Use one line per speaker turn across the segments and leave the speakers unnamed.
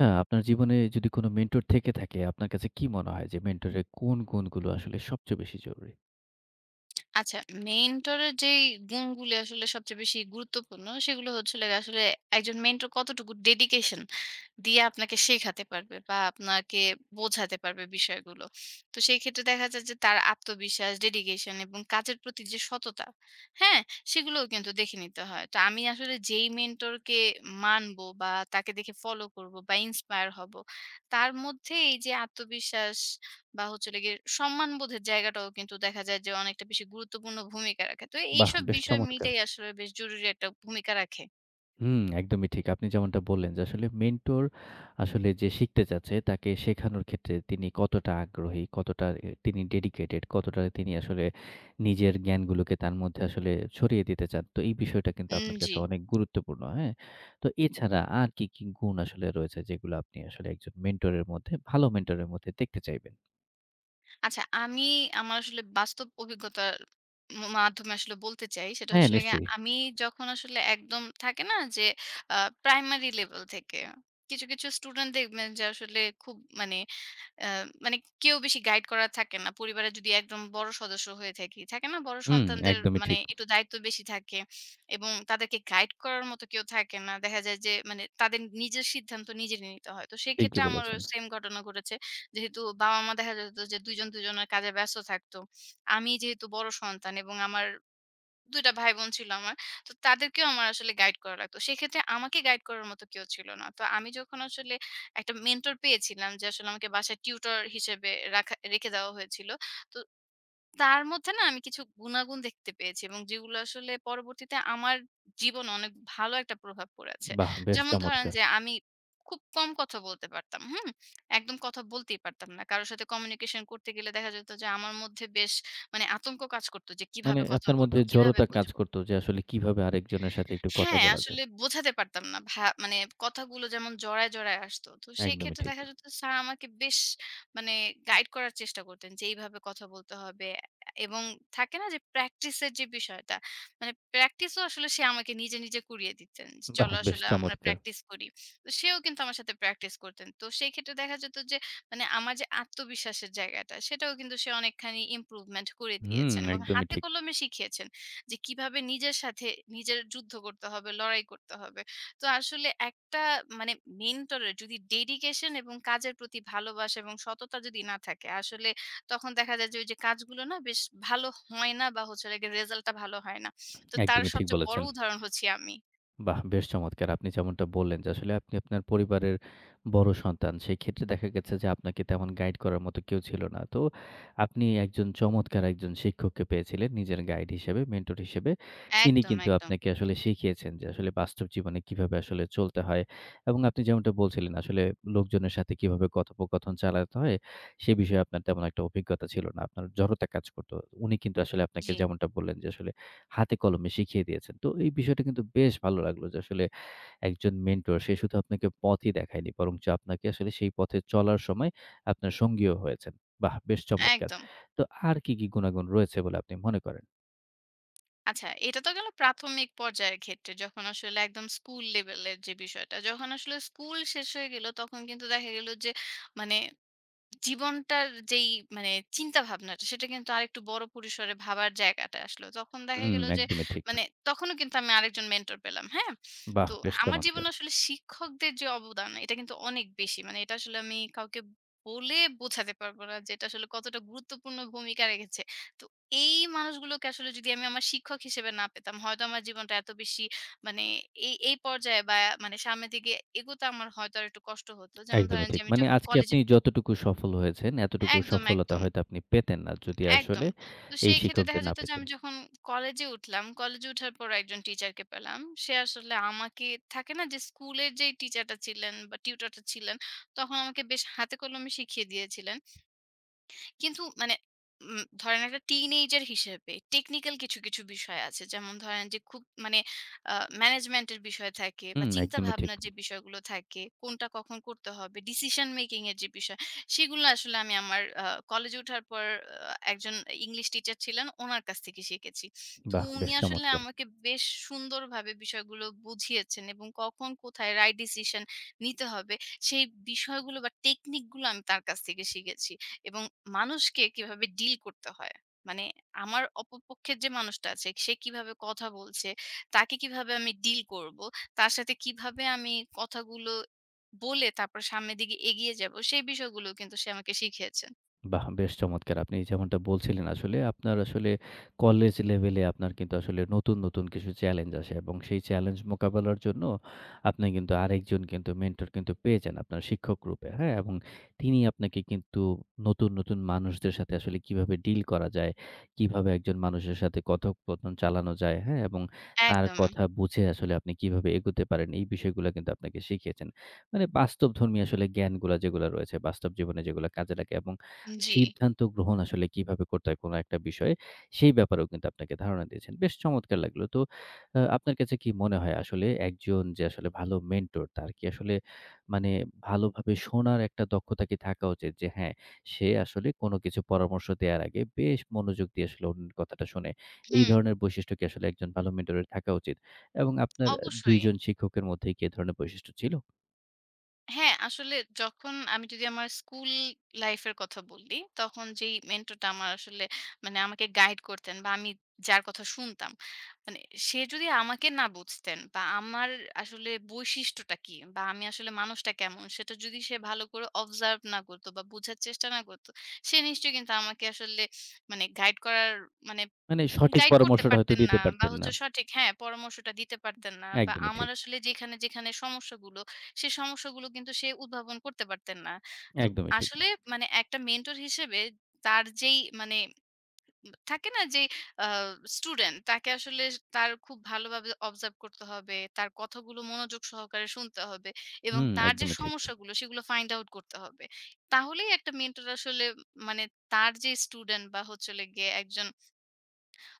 না, আপনার জীবনে যদি কোনো মেন্টর থেকে থাকে, আপনার কাছে কি মনে হয় যে মেন্টরের কোন গুণগুলো আসলে সবচেয়ে বেশি জরুরি?
আচ্ছা, মেন্টরের যেই গুণগুলি আসলে সবচেয়ে বেশি গুরুত্বপূর্ণ, সেগুলো হলো আসলে একজন মেন্টর কতটুকু ডেডিকেশন দিয়ে আপনাকে শেখাতে পারবে বা আপনাকে বোঝাতে পারবে বিষয়গুলো। তো সেই ক্ষেত্রে দেখা যায় যে তার আত্মবিশ্বাস, ডেডিকেশন এবং কাজের প্রতি যে সততা, হ্যাঁ? সেগুলোও কিন্তু দেখে নিতে হয়। তো আমি আসলে যেই মেন্টরকে মানবো বা তাকে দেখে ফলো করব বা ইন্সপায়ার হব, তার মধ্যে এই যে আত্মবিশ্বাস বা হলো সম্মানবোধের জায়গাটাও কিন্তু দেখা যায় যে অনেকটা বেশি গুরুত্বপূর্ণ ভূমিকা রাখে। তো
বাহ!
এইসব
বেশ
বিষয়
চমৎকার।
মিলেই আসলে বেশ জরুরি একটা ভূমিকা রাখে।
হুম, একদমই ঠিক। আপনি যেমনটা বললেন যে আসলে মেন্টর আসলে যে শিখতে চাচ্ছে তাকে শেখানোর ক্ষেত্রে তিনি কতটা আগ্রহী, কতটা তিনি ডেডিকেটেড, কতটা তিনি আসলে নিজের জ্ঞানগুলোকে তার মধ্যে আসলে ছড়িয়ে দিতে চান। তো এই বিষয়টা কিন্তু আপনার
জি।
কাছে অনেক গুরুত্বপূর্ণ, হ্যাঁ? তো এছাড়া আর কি, কি গুণ আসলে রয়েছে যেগুলো আপনি আসলে একজন মেন্টরের মধ্যে ভালো মেন্টরের মধ্যে দেখতে চাইবেন?
আচ্ছা, আমি আমার আসলে বাস্তব অভিজ্ঞতার মাধ্যমে আসলে বলতে চাই। সেটা
হ্যাঁ,
হলো
নিশ্চয়ই।
আমি যখন আসলে একদম থাকে না যে আ প্রাইমারি লেভেল থেকে কিছু স্টুডেন্ট দেখবেন যে আসলে খুব মানে আ মানে কেউ বেশি গাইড করা থাকে না। পরিবারে যদি একদম বড় সদস্য হয়ে থাকি, থাকে না? বড়
হুম,
সন্তানদের
একদমই
মানে
ঠিক।
একটু দায়িত্ব বেশি থাকে এবং তাদেরকে গাইড করার মতো কেউ থাকে না। দেখা যায় যে মানে তাদের নিজের সিদ্ধান্ত নিজেরই নিতে হয়। তো সেক্ষেত্রে
ঠিকই
আমারও
বলেছেন।
সেম ঘটনা ঘটেছে। যেহেতু বাবা-মা দেখা যেত যে ২ জন ২ জনের কাজে ব্যস্ত থাকতো। আমি যেহেতু বড় সন্তান এবং আমার ২ টা ভাই বোন ছিল আমার। তো তাদেরকেও আমার আসলে গাইড করা লাগতো। সেক্ষেত্রে আমাকে গাইড করার মতো কেউ ছিল না। তো আমি যখন আসলে একটা মেন্টর পেয়েছিলাম যে আসলে আমাকে বাসায় টিউটর হিসেবে রেখে দেওয়া হয়েছিল। তো তার মধ্যে না আমি কিছু গুণাগুণ দেখতে পেয়েছি এবং যেগুলো আসলে পরবর্তীতে আমার জীবনে অনেক ভালো একটা প্রভাব পড়েছে।
বাহ! বেশ
যেমন ধরেন
চমৎকার।
যে আমি খুব কম কথা বলতে পারতাম। হুম? একদম কথা বলতেই পারতাম না। কারো সাথে কমিউনিকেশন করতে গেলে দেখা যেত যে আমার মধ্যে বেশ মানে আতঙ্ক কাজ করত যে
মানে
কিভাবে কথা
আপনার
বলব,
মধ্যে
কিভাবে
জড়তা কাজ
বুঝব?
করত যে আসলে কিভাবে আরেকজনের সাথে একটু কথা
হ্যাঁ,
বলা
আসলে
যায়।
বোঝাতে পারতাম না। মানে কথাগুলো যেমন জড়ায় আসতো। তো সেই
একদমই
ক্ষেত্রে
ঠিক।
দেখা যেত স্যার আমাকে বেশ মানে গাইড করার চেষ্টা করতেন যে এইভাবে কথা বলতে হবে। এবং থাকে না যে প্র্যাকটিসের যে বিষয়টা, মানে প্র্যাকটিসও আসলে সে আমাকে নিজে করিয়ে দিতেন। যে
বাহ!
চলো
বেশ
আসলে আমরা
চমৎকার।
প্র্যাকটিস করি। তো সেও কিন্তু আমার সাথে প্র্যাকটিস করতেন। তো সেই ক্ষেত্রে দেখা যেত যে মানে আমার যে আত্মবিশ্বাসের জায়গাটা, সেটাও কিন্তু সে অনেকখানি ইমপ্রুভমেন্ট করে
হুম,
দিয়েছেন এবং
একদমই
হাতে
ঠিক।
কলমে শিখিয়েছেন। যে কিভাবে নিজের সাথে নিজের যুদ্ধ করতে হবে, লড়াই করতে হবে। তো আসলে একটা মানে মেন্টরের যদি ডেডিকেশন এবং কাজের প্রতি ভালোবাসা এবং সততা যদি না থাকে আসলে তখন দেখা যায় যে ওই যে কাজগুলো না বেশ ভালো হয় না বা হলো রেজাল্টটা ভালো হয় না। তো তার
একদমই ঠিক
সবচেয়ে বড়
বলেছেন।
উদাহরণ হচ্ছি আমি।
বাহ! বেশ চমৎকার! আপনি যেমনটা বললেন যে আসলে আপনি আপনার পরিবারের বড় সন্তান। সেক্ষেত্রে দেখা গেছে যে আপনাকে তেমন গাইড করার মতো কেউ ছিল না। তো আপনি একজন চমৎকার একজন শিক্ষককে পেয়েছিলেন নিজের গাইড হিসেবে, মেন্টর হিসেবে। তিনি
একদম,
কিন্তু
একদম।
আপনাকে আসলে শিখিয়েছেন যে আসলে বাস্তব জীবনে কিভাবে আসলে চলতে হয় এবং আপনি যেমনটা বলছিলেন আসলে লোকজনের সাথে কিভাবে কথোপকথন চালাতে হয় সে বিষয়ে আপনার তেমন একটা অভিজ্ঞতা ছিল না। আপনার জড়তা কাজ করত। উনি কিন্তু আসলে আপনাকে
জি,
যেমনটা বললেন যে আসলে হাতে কলমে শিখিয়ে দিয়েছেন। তো এই বিষয়টা কিন্তু বেশ ভালো লাগলো যে আসলে একজন মেন্টর সে শুধু আপনাকে পথই দেখায়নি বরঞ্চ আপনাকে আসলে সেই পথে চলার সময় আপনার সঙ্গীও হয়েছেন। বাহ! বেশ চমৎকার।
একদম।
তো আর কি, কি গুণাগুণ রয়েছে বলে আপনি মনে করেন?
আচ্ছা, এটা তো গেল প্রাথমিক পর্যায়ের ক্ষেত্রে যখন আসলে একদম স্কুল লেভেলের যে বিষয়টা। যখন আসলে স্কুল শেষ হয়ে গেল তখন কিন্তু দেখা গেল যে মানে জীবনটার যেই মানে চিন্তা ভাবনাটা সেটা কিন্তু আরেকটু বড় পরিসরে ভাবার জায়গাটা আসলো। তখন দেখা
হুম,
গেল যে
একদমই ঠিক।
মানে তখনও কিন্তু আমি আরেকজন মেন্টর পেলাম। হ্যাঁ?
বাহ!
তো
বেশ
আমার জীবনে
চমৎকার।
আসলে শিক্ষকদের যে অবদান এটা কিন্তু অনেক বেশি। মানে এটা আসলে আমি কাউকে বলে বোঝাতে পারবো না যে এটা আসলে কতটা গুরুত্বপূর্ণ ভূমিকা রেখেছে। তো এই মানুষগুলোকে আসলে যদি আমি আমার শিক্ষক হিসেবে না পেতাম হয়তো আমার জীবনটা এত বেশি মানে এই পর্যায়ে বা মানে সামনের দিকে এগোতে আমার হয়তো আরেকটু কষ্ট হতো। যেমন
একদমই
ধরেন যে
ঠিক।
আমি
মানে
যখন
আজকে
কলেজে
আপনি যতটুকু সফল হয়েছেন এতটুকু
একদম,
সফলতা
একদম,
হয়তো আপনি পেতেন না যদি
একদম।
আসলে
তো
এই
সেই ক্ষেত্রে দেখা
শিক্ষকদের না
যেত যে
পেতেন।
আমি যখন কলেজে উঠলাম, কলেজে উঠার পর একজন টিচারকে পেলাম। সে আসলে আমাকে থাকে না যে স্কুলের যেই টিচারটা ছিলেন বা টিউটরটা ছিলেন, তখন আমাকে বেশ হাতে কলমে শিখিয়ে দিয়েছিলেন। কিন্তু মানে ধরেন একটা টিনেজার হিসেবে টেকনিক্যাল কিছু বিষয় আছে। যেমন ধরেন যে খুব মানে আ ম্যানেজমেন্টের বিষয় থাকে বা
হুম,
চিন্তা
একদমই ঠিক।
ভাবনার যে বিষয়গুলো থাকে, কোনটা কখন করতে হবে, ডিসিশন মেকিং এর যে বিষয়, সেগুলো আসলে আমি আমার কলেজে ওঠার পর একজন ইংলিশ টিচার ছিলেন, উনার কাছ থেকে শিখেছি। তো
বাহ!
উনি
বেশ
আসলে
চমৎকার।
আমাকে বেশ সুন্দরভাবে বিষয়গুলো বুঝিয়েছেন এবং কখন কোথায় রাইট ডিসিশন নিতে হবে, সেই বিষয়গুলো বা টেকনিকগুলো আমি তার কাছ থেকে শিখেছি। এবং মানুষকে কিভাবে ডিল করতে হয়। মানে আমার অপপক্ষের যে মানুষটা আছে সে কিভাবে কথা বলছে, তাকে কিভাবে আমি ডিল করব, তার সাথে কিভাবে আমি কথাগুলো বলে তারপর সামনের দিকে এগিয়ে যাব সেই বিষয়গুলো কিন্তু সে আমাকে শিখিয়েছেন।
বাহ! বেশ চমৎকার! আপনি যেমনটা বলছিলেন আসলে আপনার আসলে কলেজ লেভেলে আপনার কিন্তু আসলে নতুন, নতুন কিছু চ্যালেঞ্জ আসে এবং সেই চ্যালেঞ্জ মোকাবেলার জন্য আপনি কিন্তু আরেকজন কিন্তু মেন্টর কিন্তু পেয়ে যান আপনার শিক্ষক রূপে, হ্যাঁ? এবং তিনি আপনাকে কিন্তু নতুন, নতুন মানুষদের সাথে আসলে কিভাবে ডিল করা যায়, কিভাবে একজন মানুষের সাথে কথোপকথন চালানো যায়, হ্যাঁ? এবং তার
একদম।
কথা বুঝে আসলে আপনি কিভাবে এগোতে পারেন এই বিষয়গুলা কিন্তু আপনাকে শিখিয়েছেন। মানে বাস্তবধর্মী আসলে জ্ঞানগুলা যেগুলা রয়েছে, বাস্তব জীবনে যেগুলা কাজে লাগে এবং
জি।
সিদ্ধান্ত গ্রহণ আসলে কিভাবে করতে হয় কোনো একটা বিষয়ে, সেই ব্যাপারেও কিন্তু আপনাকে ধারণা দিয়েছেন। বেশ চমৎকার লাগলো। তো আপনার কাছে কি মনে হয় আসলে একজন যে আসলে ভালো মেন্টর তার কি আসলে মানে ভালোভাবে শোনার একটা দক্ষতা কি থাকা উচিত? যে হ্যাঁ, সে আসলে কোনো কিছু পরামর্শ দেওয়ার আগে বেশ মনোযোগ দিয়ে আসলে অন্যের কথাটা শোনে। এই
হুম,
ধরনের বৈশিষ্ট্য কি আসলে একজন ভালো মেন্টরের থাকা উচিত? এবং আপনার ২
অবশ্যই।
জন শিক্ষকের মধ্যেই কি এ ধরনের বৈশিষ্ট্য ছিল?
হ্যাঁ, আসলে যখন আমি যদি আমার স্কুল লাইফ এর কথা বলি, তখন যেই মেন্টরটা আমার আসলে মানে আমাকে গাইড করতেন বা আমি যার কথা শুনতাম, মানে সে যদি আমাকে না বুঝতেন বা আমার আসলে বৈশিষ্ট্যটা কি বা আমি আসলে মানুষটা কেমন সেটা যদি সে ভালো করে অবজার্ভ না করতো বা বোঝার চেষ্টা না করতো, সে নিশ্চয়ই কিন্তু আমাকে আসলে মানে গাইড করার মানে
মানে সঠিক
গাইড করতে
পরামর্শটা হয়তো
পারতেন না
দিতে
বা
পারতেন না।
হচ্ছে সঠিক হ্যাঁ, পরামর্শটা দিতে পারতেন না বা
একদমই
আমার
ঠিক,
আসলে যেখানে সমস্যাগুলো, সে সমস্যাগুলো কিন্তু সে উদ্ভাবন করতে পারতেন না। তো
একদমই ঠিক।
আসলে মানে একটা মেন্টর হিসেবে তার যেই মানে থাকে না যে আ স্টুডেন্ট তাকে আসলে তার খুব ভালোভাবে অবজার্ভ করতে হবে, তার কথাগুলো মনোযোগ সহকারে শুনতে হবে এবং
হুম,
তার যে
একদমই ঠিক,
সমস্যাগুলো সেগুলো ফাইন্ড আউট করতে হবে। তাহলেই একটা মেন্টর আসলে মানে তার যে স্টুডেন্ট বা হলো একজন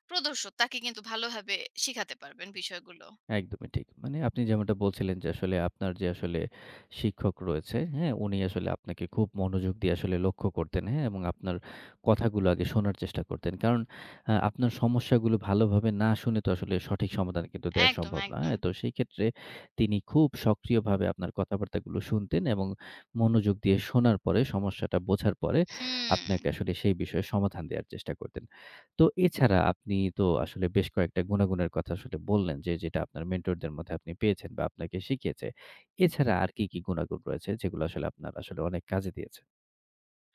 প্রদর্শক তাকে কিন্তু ভালোভাবে শিখাতে পারবেন বিষয়গুলো।
একদমই ঠিক। মানে আপনি যেমনটা বলছিলেন যে আসলে আপনার যে আসলে শিক্ষক রয়েছে, হ্যাঁ? উনি আসলে আপনাকে খুব মনোযোগ দিয়ে আসলে লক্ষ্য করতেন, হ্যাঁ? এবং আপনার কথাগুলো আগে শোনার চেষ্টা করতেন। কারণ আপনার সমস্যাগুলো ভালোভাবে না শুনে তো আসলে সঠিক সমাধান কিন্তু দেয়া
একদম,
সম্ভব না,
একদম।
হ্যাঁ? তো সেই ক্ষেত্রে তিনি খুব সক্রিয়ভাবে আপনার কথাবার্তাগুলো শুনতেন এবং মনোযোগ দিয়ে শোনার পরে, সমস্যাটা বোঝার পরে
হুম।
আপনাকে আসলে সেই বিষয়ে সমাধান দেয়ার চেষ্টা করতেন। তো এছাড়া আপনি তো আসলে বেশ কয়েকটা গুনাগুনের কথা আসলে বললেন যে, যেটা আপনার মেন্টরদের মধ্যে আপনি পেয়েছেন বা আপনাকে শিখিয়েছে। এছাড়া আর কি, কি গুনাগুন রয়েছে যেগুলো আসলে আপনার আসলে অনেক কাজে দিয়েছে?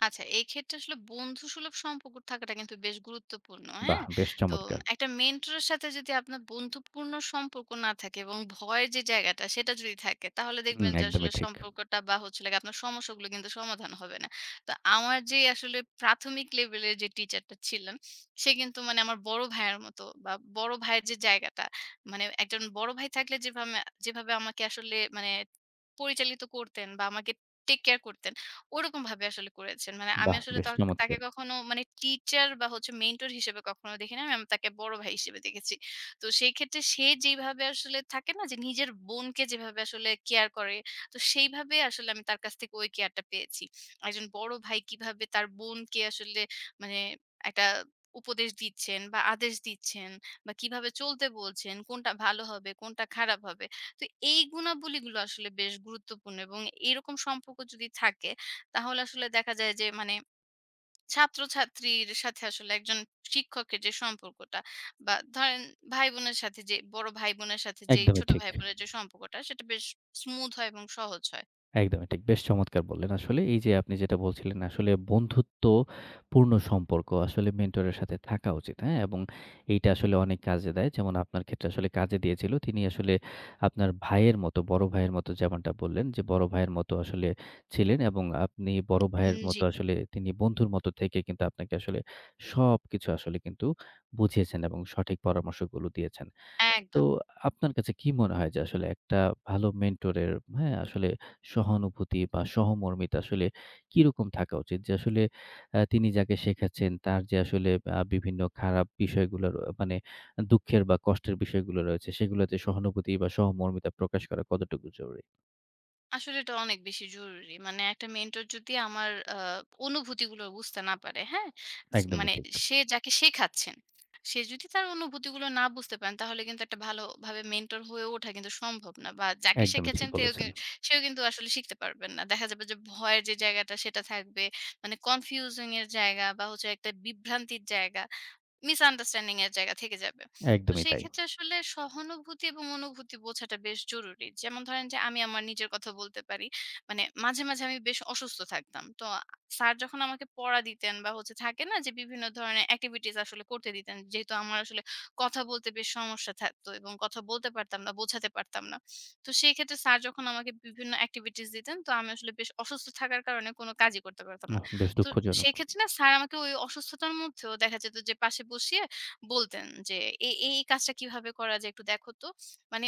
আচ্ছা, এই ক্ষেত্রে আসলে বন্ধুসুলভ সম্পর্ক থাকাটা কিন্তু বেশ গুরুত্বপূর্ণ, হ্যাঁ?
বাহ! বেশ
তো
চমৎকার!
একটা মেন্টরের সাথে যদি আপনার বন্ধুপূর্ণ সম্পর্ক না থাকে এবং ভয়ের যে জায়গাটা সেটা যদি থাকে, তাহলে
হুম,
দেখবেন যে আসলে
একদমই ঠিক।
সম্পর্কটা বা হলো আপনার সমস্যাগুলো কিন্তু সমাধান হবে না। তো আমার যে আসলে প্রাথমিক লেভেলের যে টিচারটা ছিলেন, সে কিন্তু মানে আমার বড় ভাইয়ের মতো বা বড় ভাইয়ের যে জায়গাটা, মানে একজন বড় ভাই থাকলে যেভাবে যেভাবে আমাকে আসলে মানে পরিচালিত করতেন বা আমাকে টেক কেয়ার করতেন ওরকমভাবে আসলে করেছেন। মানে আমি
বাহ!
আসলে
বেশ
তাকে
চমৎকার!
কখনো মানে টিচার বা হচ্ছে মেন্টর হিসেবে কখনো দেখিনি। আমি আমি তাকে বড় ভাই হিসেবে দেখেছি। তো সেই ক্ষেত্রে সে যেইভাবে আসলে থাকে না যে নিজের বোনকে যেভাবে আসলে কেয়ার করে, তো সেইভাবে আসলে আমি তার কাছ থেকে ওই কেয়ারটা পেয়েছি। একজন বড় ভাই কিভাবে তার বোনকে আসলে মানে একটা উপদেশ দিচ্ছেন বা আদেশ দিচ্ছেন বা কিভাবে চলতে বলছেন, কোনটা ভালো হবে, কোনটা খারাপ হবে। তো এই গুণাবলীগুলো আসলে বেশ গুরুত্বপূর্ণ এবং এরকম সম্পর্ক যদি থাকে তাহলে আসলে দেখা যায় যে মানে ছাত্রছাত্রীর সাথে আসলে একজন শিক্ষকের যে সম্পর্কটা বা ধরেন ভাই-বোনের সাথে যে বড় ভাই-বোনের সাথে যেই
একদমই
ছোট
ঠিক।
ভাই-বোনের যে সম্পর্কটা সেটা বেশ স্মুথ হয় এবং সহজ হয়।
একদমই ঠিক। বেশ চমৎকার বললেন। আসলে এই যে আপনি যেটা বলছিলেন আসলে বন্ধুত্বপূর্ণ সম্পর্ক আসলে মেন্টরের সাথে থাকা উচিত, হ্যাঁ? এবং এইটা আসলে অনেক কাজে দেয়। যেমন আপনার ক্ষেত্রে আসলে কাজে দিয়েছিল। তিনি আসলে আপনার ভাইয়ের মতো, বড় ভাইয়ের মতো যেমনটা বললেন যে বড় ভাইয়ের মতো আসলে ছিলেন এবং আপনি বড় ভাইয়ের
জি।
মতো আসলে তিনি বন্ধুর মতো থেকে কিন্তু আপনাকে আসলে সবকিছু আসলে কিন্তু বুঝিয়েছেন এবং সঠিক পরামর্শগুলো দিয়েছেন। তো
একদম।
আপনার কাছে কি মনে হয় যে আসলে একটা ভালো মেন্টরের হ্যাঁ, আসলে সহানুভূতি বা সহমর্মিতা আসলে কিরকম থাকা উচিত? যে আসলে তিনি যাকে শেখাচ্ছেন তার যে আসলে বিভিন্ন খারাপ বিষয়গুলো র মানে দুঃখের বা কষ্টের বিষয়গুলো রয়েছে সেগুলোতে সহানুভূতি বা সহমর্মিতা প্রকাশ করা কতটুকু জরুরি?
আসলে এটা অনেক বেশি জরুরি। মানে একটা মেন্টর যদি আমার অনুভূতিগুলো বুঝতে না পারে, হ্যাঁ?
একদমই
মানে
ঠিক।
সে যাকে শেখাচ্ছেন, সে যদি তার অনুভূতিগুলো না বুঝতে পারেন, তাহলে কিন্তু একটা ভালোভাবে মেন্টর হয়ে ওঠা কিন্তু সম্ভব না। বা যাকে
একদমই ঠিক
শেখাচ্ছেন তেও
বলেছেন।
কিন সেও কিন্তু আসলে শিখতে পারবেন না। দেখা যাবে যে ভয়ের যে জায়গাটা সেটা থাকবে। মানে কনফিউজিং এর জায়গা বা হচ্ছে একটা বিভ্রান্তির জায়গা। মিসআন্ডারস্ট্যান্ডিং এর জায়গা থেকে যাবে। তো
একদমই
সেই
তাই।
ক্ষেত্রে আসলে সহানুভূতি এবং অনুভূতি বোঝাটা বেশ জরুরি। যেমন ধরেন যে আমি আমার নিজের কথা বলতে পারি। মানে মাঝে মাঝে আমি বেশ অসুস্থ থাকতাম। তো স্যার যখন আমাকে পড়া দিতেন বা হচ্ছে থাকে না যে বিভিন্ন ধরনের এক্টিভিটিস আসলে করতে দিতেন। যেহেতু আমার আসলে কথা বলতে বেশ সমস্যা থাকতো এবং কথা বলতে পারতাম না, বোঝাতে পারতাম না। তো সেই ক্ষেত্রে স্যার যখন আমাকে বিভিন্ন এক্টিভিটিস দিতেন তো আমি আসলে বেশ অসুস্থ থাকার কারণে কোন কাজই করতে পারতাম না।
উহ বেশ
তো
দুঃখজনক।
সেক্ষেত্রে না স্যার আমাকে ওই অসুস্থতার মধ্যেও দেখা যেত যে পাশে বসিয়ে বলতেন যে, "এই কাজটা কিভাবে করা যায় একটু দেখো তো।" মানে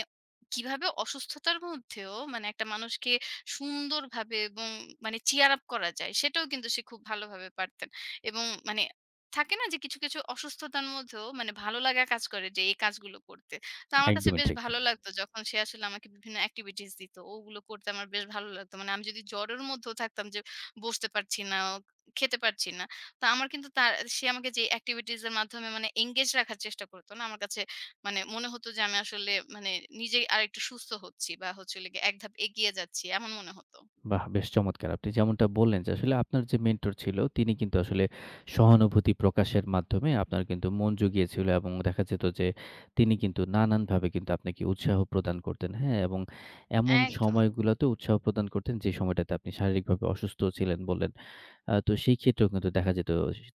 কিভাবে অসুস্থতার মধ্যেও মানে একটা মানুষকে সুন্দরভাবে এবং মানে চিয়ার আপ করা যায় সেটাও কিন্তু সে খুব ভালোভাবে পারতেন। এবং মানে থাকে না যে কিছু অসুস্থতার মধ্যেও মানে ভালো লাগা কাজ করে যে এই কাজগুলো করতে। তো আমার কাছে
একদমই
বেশ
ঠিক।
ভালো লাগতো যখন সে আসলে আমাকে বিভিন্ন এক্টিভিটিস দিত। ওগুলো করতে আমার বেশ ভালো লাগতো। মানে আমি যদি জ্বরের মধ্যেও থাকতাম যে বসতে পারছি না খেতে পারছি না। তো আমার কিন্তু সে আমাকে যে এক্টিভিটিজ এর মাধ্যমে মানে এনগেজ রাখার চেষ্টা করত না। আমার কাছে মানে মনে হতো যে আমি আসলে মানে নিজেই আরেকটু সুস্থ হচ্ছি বা হলো এক ধাপ এগিয়ে যাচ্ছি। এমন মনে হতো।
বাহ! বেশ চমৎকার! আপনি যেমনটা বললেন যে আসলে আপনার যে মেন্টর ছিল তিনি কিন্তু আসলে সহানুভূতি প্রকাশের মাধ্যমে আপনার কিন্তু মন জুগিয়েছিল এবং দেখা যেত যে তিনি কিন্তু নানানভাবে কিন্তু আপনাকে উৎসাহ প্রদান করতেন। হ্যাঁ? এবং এমন
একদম।
সময়গুলোতে উৎসাহ প্রদান করতেন যে সময়টাতে আপনি শারীরিকভাবে অসুস্থ ছিলেন বললেন। তো সেই ক্ষেত্রেও কিন্তু দেখা যেত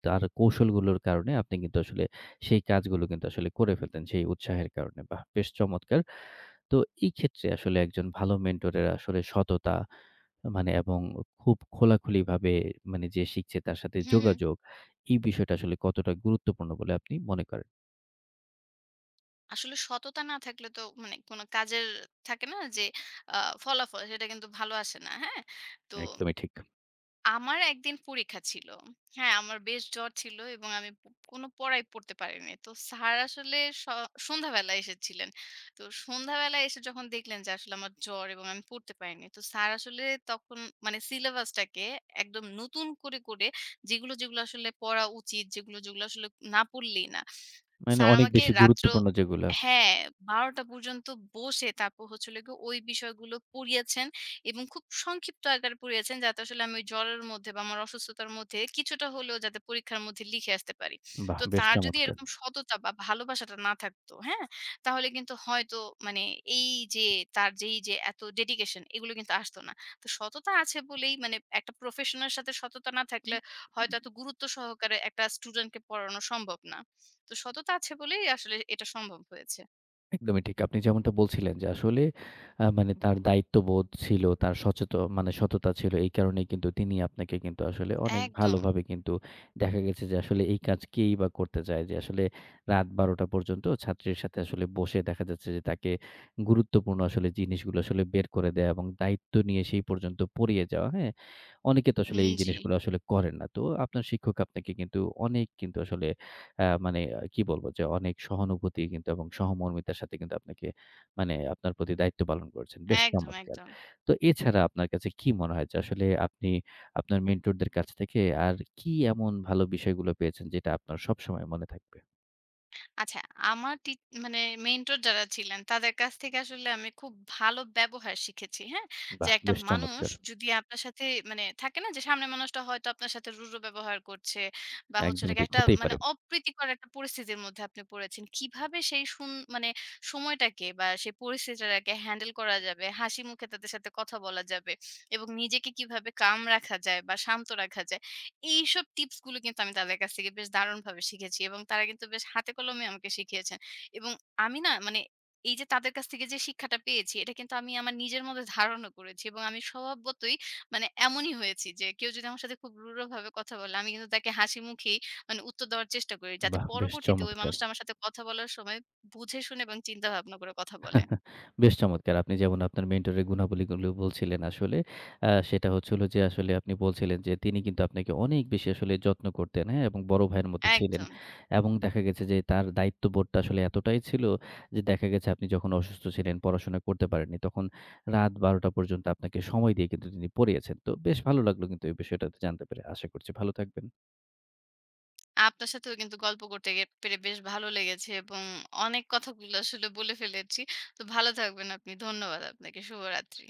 তার কৌশলগুলোর কারণে আপনি কিন্তু আসলে সেই কাজগুলো কিন্তু আসলে করে ফেলতেন সেই উৎসাহের কারণে। বাহ! বেশ চমৎকার! তো এই ক্ষেত্রে আসলে একজন ভালো মেন্টরের আসলে সততা মানে এবং খুব খোলাখুলিভাবে মানে যে শিখছে তার সাথে
হুম, হুম।
যোগাযোগ, এই বিষয়টা আসলে কতটা গুরুত্বপূর্ণ বলে আপনি মনে করেন?
আসলে সততা না থাকলে তো মানে কোন কাজের থাকে না যে আ ফলাফল সেটা কিন্তু ভালো আসে না। হ্যাঁ? তো
একদমই ঠিক।
আমার একদিন পরীক্ষা ছিল। হ্যাঁ, আমার বেশ জ্বর ছিল এবং আমি কোনো পড়াই পড়তে পারিনি। তো স্যার আসলে স সন্ধ্যাবেলায় এসেছিলেন। তো সন্ধ্যাবেলায় এসে যখন দেখলেন যে আসলে আমার জ্বর এবং আমি পড়তে পারিনি। তো স্যার আসলে তখন মানে সিলেবাসটাকে একদম নতুন করে যেগুলো আসলে পড়া উচিত, যেগুলো আসলে না পড়লেই না।
মানে
স্যার
অনেক
আমাকে
বেশি
রাত্র
গুরুত্বপূর্ণ যেগুলা।
হ্যাঁ, ১২টা পর্যন্ত বসে তারপর হলো ওই বিষয়গুলো পড়িয়েছেন। এবং খুব সংক্ষিপ্ত আকারে পুড়িয়েছেন যাতে আসলে আমি ওই জ্বরের মধ্যে বা আমার অসুস্থতার মধ্যে কিছুটা হলেও যাতে পরীক্ষার মধ্যে লিখে আসতে পারি।
বাহ!
তো
বেশ
তার যদি
চমৎকার।
এরকম সততা বা ভালোবাসাটা না থাকতো, হ্যাঁ? তাহলে কিন্তু হয়তো মানে এই যে তার যেই যে এত ডেডিকেশন এগুলো কিন্তু আসতো না। তো সততা আছে বলেই মানে একটা প্রফেশনের সাথে সততা না থাকলে হয়তো এত গুরুত্ব সহকারে একটা স্টুডেন্টকে পড়ানো সম্ভব না। তো সততা আছে বলেই আসলে এটা সম্ভব হয়েছে।
একদমই ঠিক। আপনি যেমনটা বলছিলেন যে আসলে মানে তার দায়িত্ববোধ ছিল, তার সচেত মানে সততা ছিল। এই কারণেই কিন্তু তিনি আপনাকে কিন্তু আসলে অনেক
একদম।
ভালোভাবে কিন্তু দেখা গেছে যে আসলে এই কাজ কেই বা করতে চায় যে আসলে রাত ১২ঃ০০ টা পর্যন্ত ছাত্রীর সাথে আসলে বসে দেখা যাচ্ছে যে তাকে গুরুত্বপূর্ণ আসলে জিনিসগুলো আসলে বের করে দেয়া এবং দায়িত্ব নিয়ে সেই পর্যন্ত পড়িয়ে যাওয়া, হ্যাঁ? অনেকে তো আসলে
হুম,
এই
জি।
জিনিসগুলো আসলে করেন না। তো আপনার শিক্ষক আপনাকে কিন্তু অনেক কিন্তু আসলে আ মানে আ কি বলব যে অনেক সহানুভূতি কিন্তু এবং সহমর্মিতার সাথে কিন্তু আপনাকে মানে আপনার প্রতি দায়িত্ব পালন করেছেন। বেশ
একদম,
চমৎকার।
একদম।
তো এছাড়া আপনার কাছে কি মনে হয় যে আসলে আপনি আপনার মেন্টরদের কাছ থেকে আর কি এমন ভালো বিষয়গুলো পেয়েছেন যেটা আপনার সবসময় মনে থাকবে?
আচ্ছা, আমার টি মানে মেন্টর যারা ছিলেন তাদের কাছ থেকে আসলে আমি খুব ভালো ব্যবহার শিখেছি, হ্যাঁ? যে
বাহ!
একটা
বেশ
মানুষ
চমৎকার।
যদি আপনার সাথে মানে থাকে না যে সামনের মানুষটা হয়তো আপনার সাথে রূঢ় ব্যবহার করছে বা হচ্ছে হলো
একদমই
গিয়ে
ঠিক।
একটা
হতেই
মানে
পারে।
অপ্রীতিকর একটা পরিস্থিতির মধ্যে আপনি পড়েছেন। কিভাবে সেই মানে সময়টাকে বা সেই পরিস্থিতিটাকে হ্যান্ডেল করা যাবে, হাসি মুখে তাদের সাথে কথা বলা যাবে এবং নিজেকে কিভাবে calm রাখা যায় বা শান্ত রাখা যায় এইসব টিপস গুলো কিন্তু আমি তাদের কাছ থেকে বেশ দারুণভাবে শিখেছি এবং তারা কিন্তু বেশ হাতে কলমে আমাকে শিখিয়েছেন। এবং আমি না মানে এই যে তাদের কাছ থেকে যে শিক্ষাটা পেয়েছি এটা কিন্তু আমি আমার নিজের মধ্যে ধারণও করেছি এবং আমি স্বভাবতই মানে এমনই হয়েছি যে কেউ যদি আমার সাথে খুব রূঢ়ভাবে কথা বলে আমি কিন্তু তাকে হাসি মুখেই মানে উত্তর দেওয়ার চেষ্টা করি যাতে
বাহ! বেশ
পরবর্তীতে ওই
চমৎকার।
মানুষটা আমার সাথে কথা বলার সময় বুঝে শুনে এবং চিন্তা ভাবনা করে কথা বলে।
বেশ চমৎকার! আপনি যেমন আপনার মেন্টরের গুণাবলীগুলো বলছিলেন আসলে সেটা হচ্ছে হলো যে আসলে আপনি বলছিলেন যে তিনি কিন্তু আপনাকে অনেক বেশি আসলে যত্ন করতেন, হ্যাঁ? এবং বড় ভাইয়ের মতো ছিলেন।
একদম।
এবং দেখা গেছে যে তার দায়িত্ববোধটা আসলে এতটাই ছিল যে দেখা গেছে আপনি যখন অসুস্থ ছিলেন, পড়াশোনা করতে পারেননি তখন রাত ১২ঃ০০ পর্যন্ত আপনাকে সময় দিয়ে কিন্তু তিনি পড়িয়েছেন। তো বেশ ভালো লাগলো কিন্তু এই বিষয়টাতে জানতে পেরে। আশা করছি ভালো থাকবেন।
আপনার সাথেও কিন্তু গল্প করতে পেরে বেশ ভালো লেগেছে এবং অনেক কথাগুলো আসলে বলে ফেলেছি। তো ভালো থাকবেন আপনি। ধন্যবাদ আপনাকে। শুভরাত্রি।